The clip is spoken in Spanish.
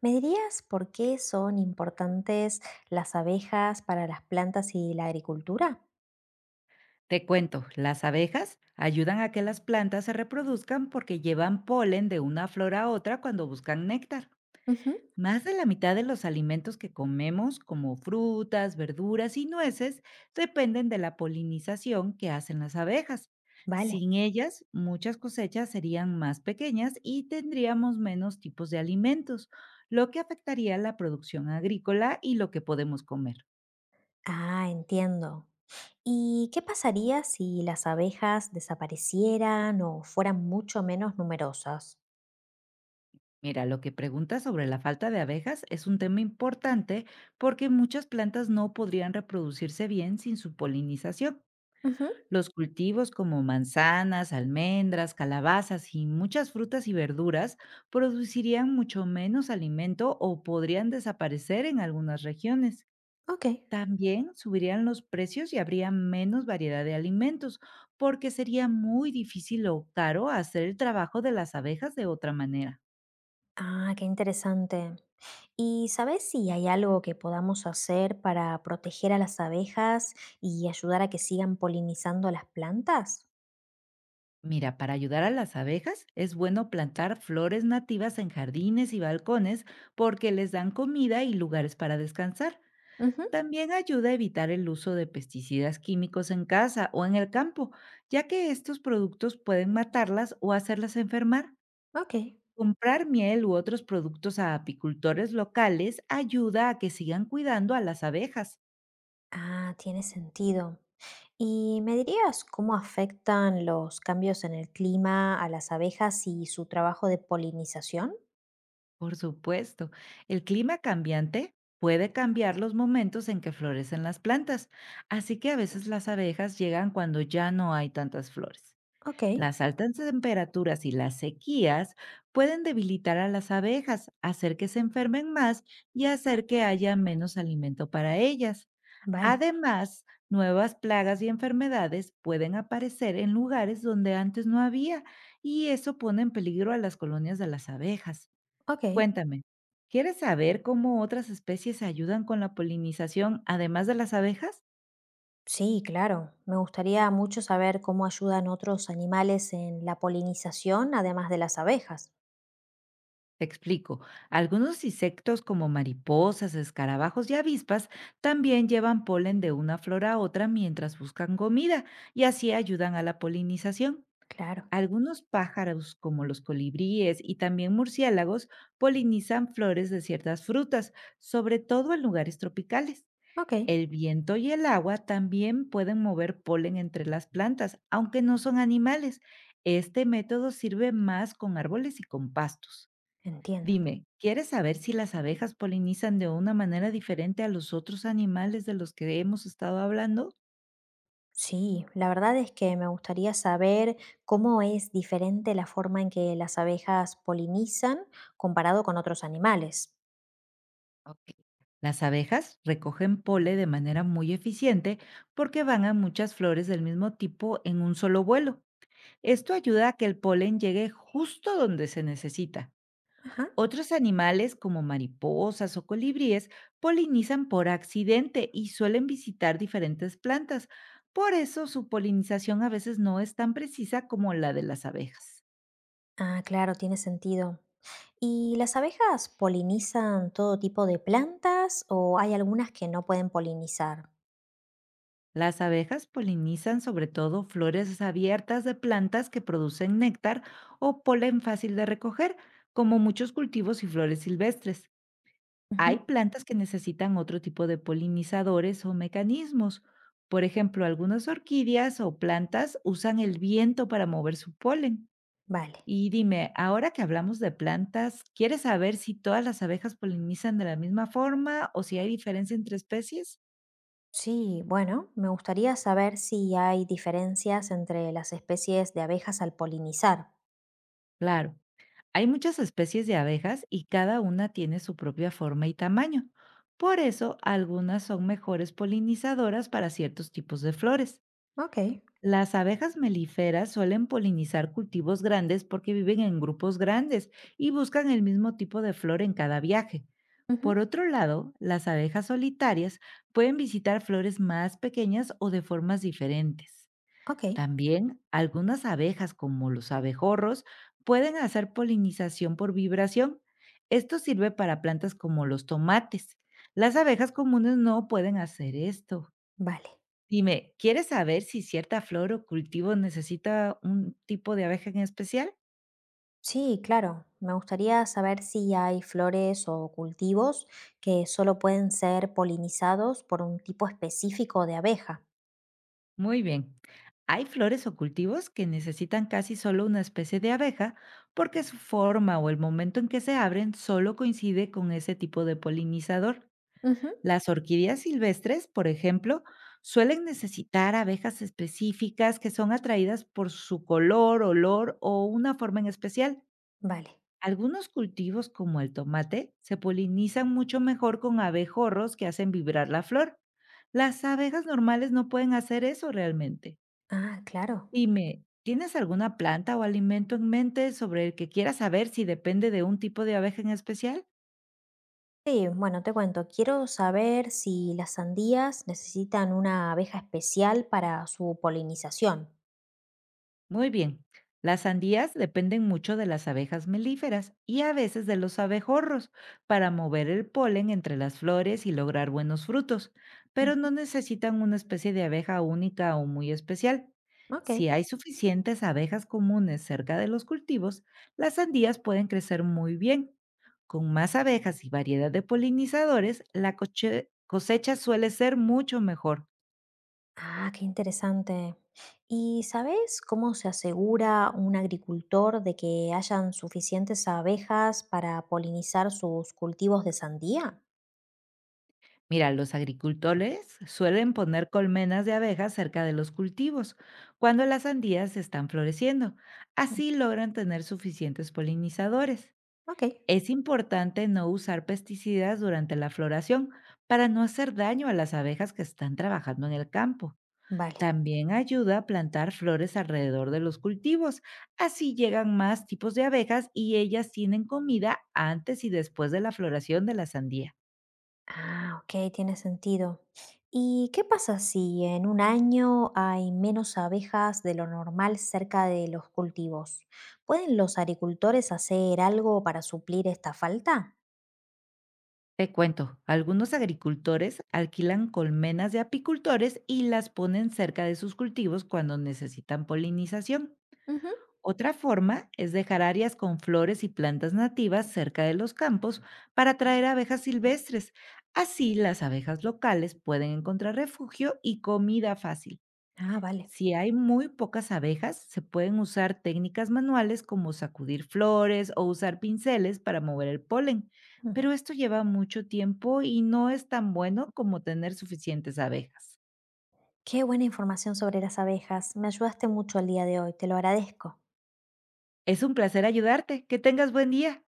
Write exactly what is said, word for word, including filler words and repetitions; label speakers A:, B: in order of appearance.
A: ¿Me dirías por qué son importantes las abejas para las plantas y la agricultura?
B: Te cuento, las abejas ayudan a que las plantas se reproduzcan porque llevan polen de una flor a otra cuando buscan néctar.
A: Ujú.
B: Más de la mitad de los alimentos que comemos, como frutas, verduras y nueces, dependen de la polinización que hacen las abejas.
A: Vale.
B: Sin ellas, muchas cosechas serían más pequeñas y tendríamos menos tipos de alimentos, lo que afectaría la producción agrícola y lo que podemos comer.
A: Ah, entiendo. ¿Y qué pasaría si las abejas desaparecieran o fueran mucho menos numerosas?
B: Mira, lo que preguntas sobre la falta de abejas es un tema importante porque muchas plantas no podrían reproducirse bien sin su polinización.
A: Ujú.
B: Los cultivos como manzanas, almendras, calabazas y muchas frutas y verduras producirían mucho menos alimento o podrían desaparecer en algunas regiones.
A: Ok.
B: También subirían los precios y habría menos variedad de alimentos porque sería muy difícil o caro hacer el trabajo de las abejas de otra manera.
A: Ah, qué interesante. ¿Y sabes si hay algo que podamos hacer para proteger a las abejas y ayudar a que sigan polinizando las plantas?
B: Mira, para ayudar a las abejas es bueno plantar flores nativas en jardines y balcones porque les dan comida y lugares para descansar.
A: Ujú.
B: También ayuda a evitar el uso de pesticidas químicos en casa o en el campo, ya que estos productos pueden matarlas o hacerlas enfermar.
A: Ok.
B: Comprar miel u otros productos a apicultores locales ayuda a que sigan cuidando a las abejas.
A: Ah, tiene sentido. ¿Y me dirías cómo afectan los cambios en el clima a las abejas y su trabajo de polinización?
B: Por supuesto, el clima cambiante puede cambiar los momentos en que florecen las plantas, así que a veces las abejas llegan cuando ya no hay tantas flores.
A: Ok,
B: Las altas temperaturas y las sequías pueden debilitar a las abejas, hacer que se enfermen más y hacer que haya menos alimento para ellas.
A: vale,
B: Además, nuevas plagas y enfermedades pueden aparecer en lugares donde antes no había y eso pone en peligro a las colonias de las abejas.
A: ok.
B: Cuéntame, ¿quieres saber cómo otras especies ayudan con la polinización además de las abejas?
A: Sí, claro. Me gustaría mucho saber cómo ayudan otros animales en la polinización, además de las abejas.
B: Te explico. Algunos insectos como mariposas, escarabajos y avispas también llevan polen de una flor a otra mientras buscan comida y así ayudan a la polinización.
A: Claro,
B: Algunos pájaros como los colibríes y también murciélagos polinizan flores de ciertas frutas, sobre todo en lugares tropicales.
A: ok,
B: El viento y el agua también pueden mover polen entre las plantas, aunque no son animales. Este método sirve más con árboles y con pastos.
A: entiendo.
B: Dime, ¿quieres saber si las abejas polinizan de una manera diferente a los otros animales de los que hemos estado hablando?
A: Sí, la verdad es que me gustaría saber cómo es diferente la forma en que las abejas polinizan comparado con otros animales.
B: Ok. Las abejas recogen pole de manera muy eficiente porque van a muchas flores del mismo tipo en un solo vuelo. Esto ayuda a que el polen llegue justo donde se necesita.
A: Ajá.
B: Otros animales como mariposas o colibríes polinizan por accidente y suelen visitar diferentes plantas. Por eso su polinización a veces no es tan precisa como la de las abejas.
A: Ah, claro, tiene sentido. ¿Y las abejas polinizan todo tipo de plantas o hay algunas que no pueden polinizar?
B: Las abejas polinizan sobre todo flores abiertas de plantas que producen néctar o polen fácil de recoger, como muchos cultivos y flores silvestres.
A: Ujú.
B: Hay plantas que necesitan otro tipo de polinizadores o mecanismos. Por ejemplo, algunas orquídeas o plantas usan el viento para mover su polen.
A: Vale.
B: Y dime, ahora que hablamos de plantas, ¿quieres saber si todas las abejas polinizan de la misma forma o si hay diferencia entre especies?
A: Sí, bueno, me gustaría saber si hay diferencias entre las especies de abejas al polinizar.
B: Claro, hay muchas especies de abejas y cada una tiene su propia forma y tamaño. Por eso, algunas son mejores polinizadoras para ciertos tipos de flores.
A: Ok,
B: Las abejas melíferas suelen polinizar cultivos grandes porque viven en grupos grandes y buscan el mismo tipo de flor en cada viaje.
A: ujú,
B: Por otro lado, las abejas solitarias pueden visitar flores más pequeñas o de formas diferentes.
A: ok,
B: También algunas abejas, como los abejorros, pueden hacer polinización por vibración. Esto sirve para plantas como los tomates. Las abejas comunes no pueden hacer esto.
A: vale.
B: Dime, ¿quieres saber si cierta flor o cultivo necesita un tipo de abeja en especial?
A: Sí, claro, me gustaría saber si hay flores o cultivos que solo pueden ser polinizados por un tipo específico de abeja.
B: Muy bien. Hay flores o cultivos que necesitan casi solo una especie de abeja porque su forma o el momento en que se abren solo coincide con ese tipo de polinizador.
A: Ujú.
B: Las orquídeas silvestres, por ejemplo, suelen necesitar abejas específicas que son atraídas por su color, olor o una forma en especial.
A: Vale.
B: Algunos cultivos como el tomate se polinizan mucho mejor con abejorros que hacen vibrar la flor. Las abejas normales no pueden hacer eso realmente.
A: Ah, claro.
B: Dime, ¿tienes alguna planta o alimento en mente sobre el que quieras saber si depende de un tipo de abeja en especial?
A: Sí, bueno, te cuento, quiero saber si las sandías necesitan una abeja especial para su polinización.
B: Muy bien. Las sandías dependen mucho de las abejas melíferas y a veces de los abejorros para mover el polen entre las flores y lograr buenos frutos, pero no
A: Ujú.
B: necesitan una especie de abeja única o muy especial.
A: Ok.
B: Si hay suficientes abejas comunes cerca de los cultivos, las sandías pueden crecer muy bien. Con más abejas y variedad de polinizadores, la coche- cosecha suele ser mucho mejor.
A: Ah, qué interesante. ¿Y sabes cómo se asegura un agricultor de que hayan suficientes abejas para polinizar sus cultivos de sandía?
B: Mira, los agricultores suelen poner colmenas de abejas cerca de los cultivos cuando las sandías están floreciendo. Así logran tener suficientes polinizadores.
A: Ok,
B: Es importante no usar pesticidas durante la floración para no hacer daño a las abejas que están trabajando en el campo.
A: vale.
B: También ayuda a plantar flores alrededor de los cultivos. Así llegan más tipos de abejas y ellas tienen comida antes y después de la floración de la sandía.
A: Ah, ok, tiene sentido. ¿Y qué pasa si en un año hay menos abejas de lo normal cerca de los cultivos? ¿Pueden los agricultores hacer algo para suplir esta falta?
B: Te cuento, algunos agricultores alquilan colmenas de apicultores y las ponen cerca de sus cultivos cuando necesitan polinización.
A: Ujú.
B: Otra forma es dejar áreas con flores y plantas nativas cerca de los campos para atraer abejas silvestres. Así las abejas locales pueden encontrar refugio y comida fácil.
A: Ah, vale.
B: Si hay muy pocas abejas, se pueden usar técnicas manuales como sacudir flores o usar pinceles para mover el polen,
A: Mm.
B: pero esto lleva mucho tiempo y no es tan bueno como tener suficientes abejas.
A: Qué buena información sobre las abejas. Me ayudaste mucho el día de hoy, te lo agradezco.
B: Es un placer ayudarte. Que tengas buen día.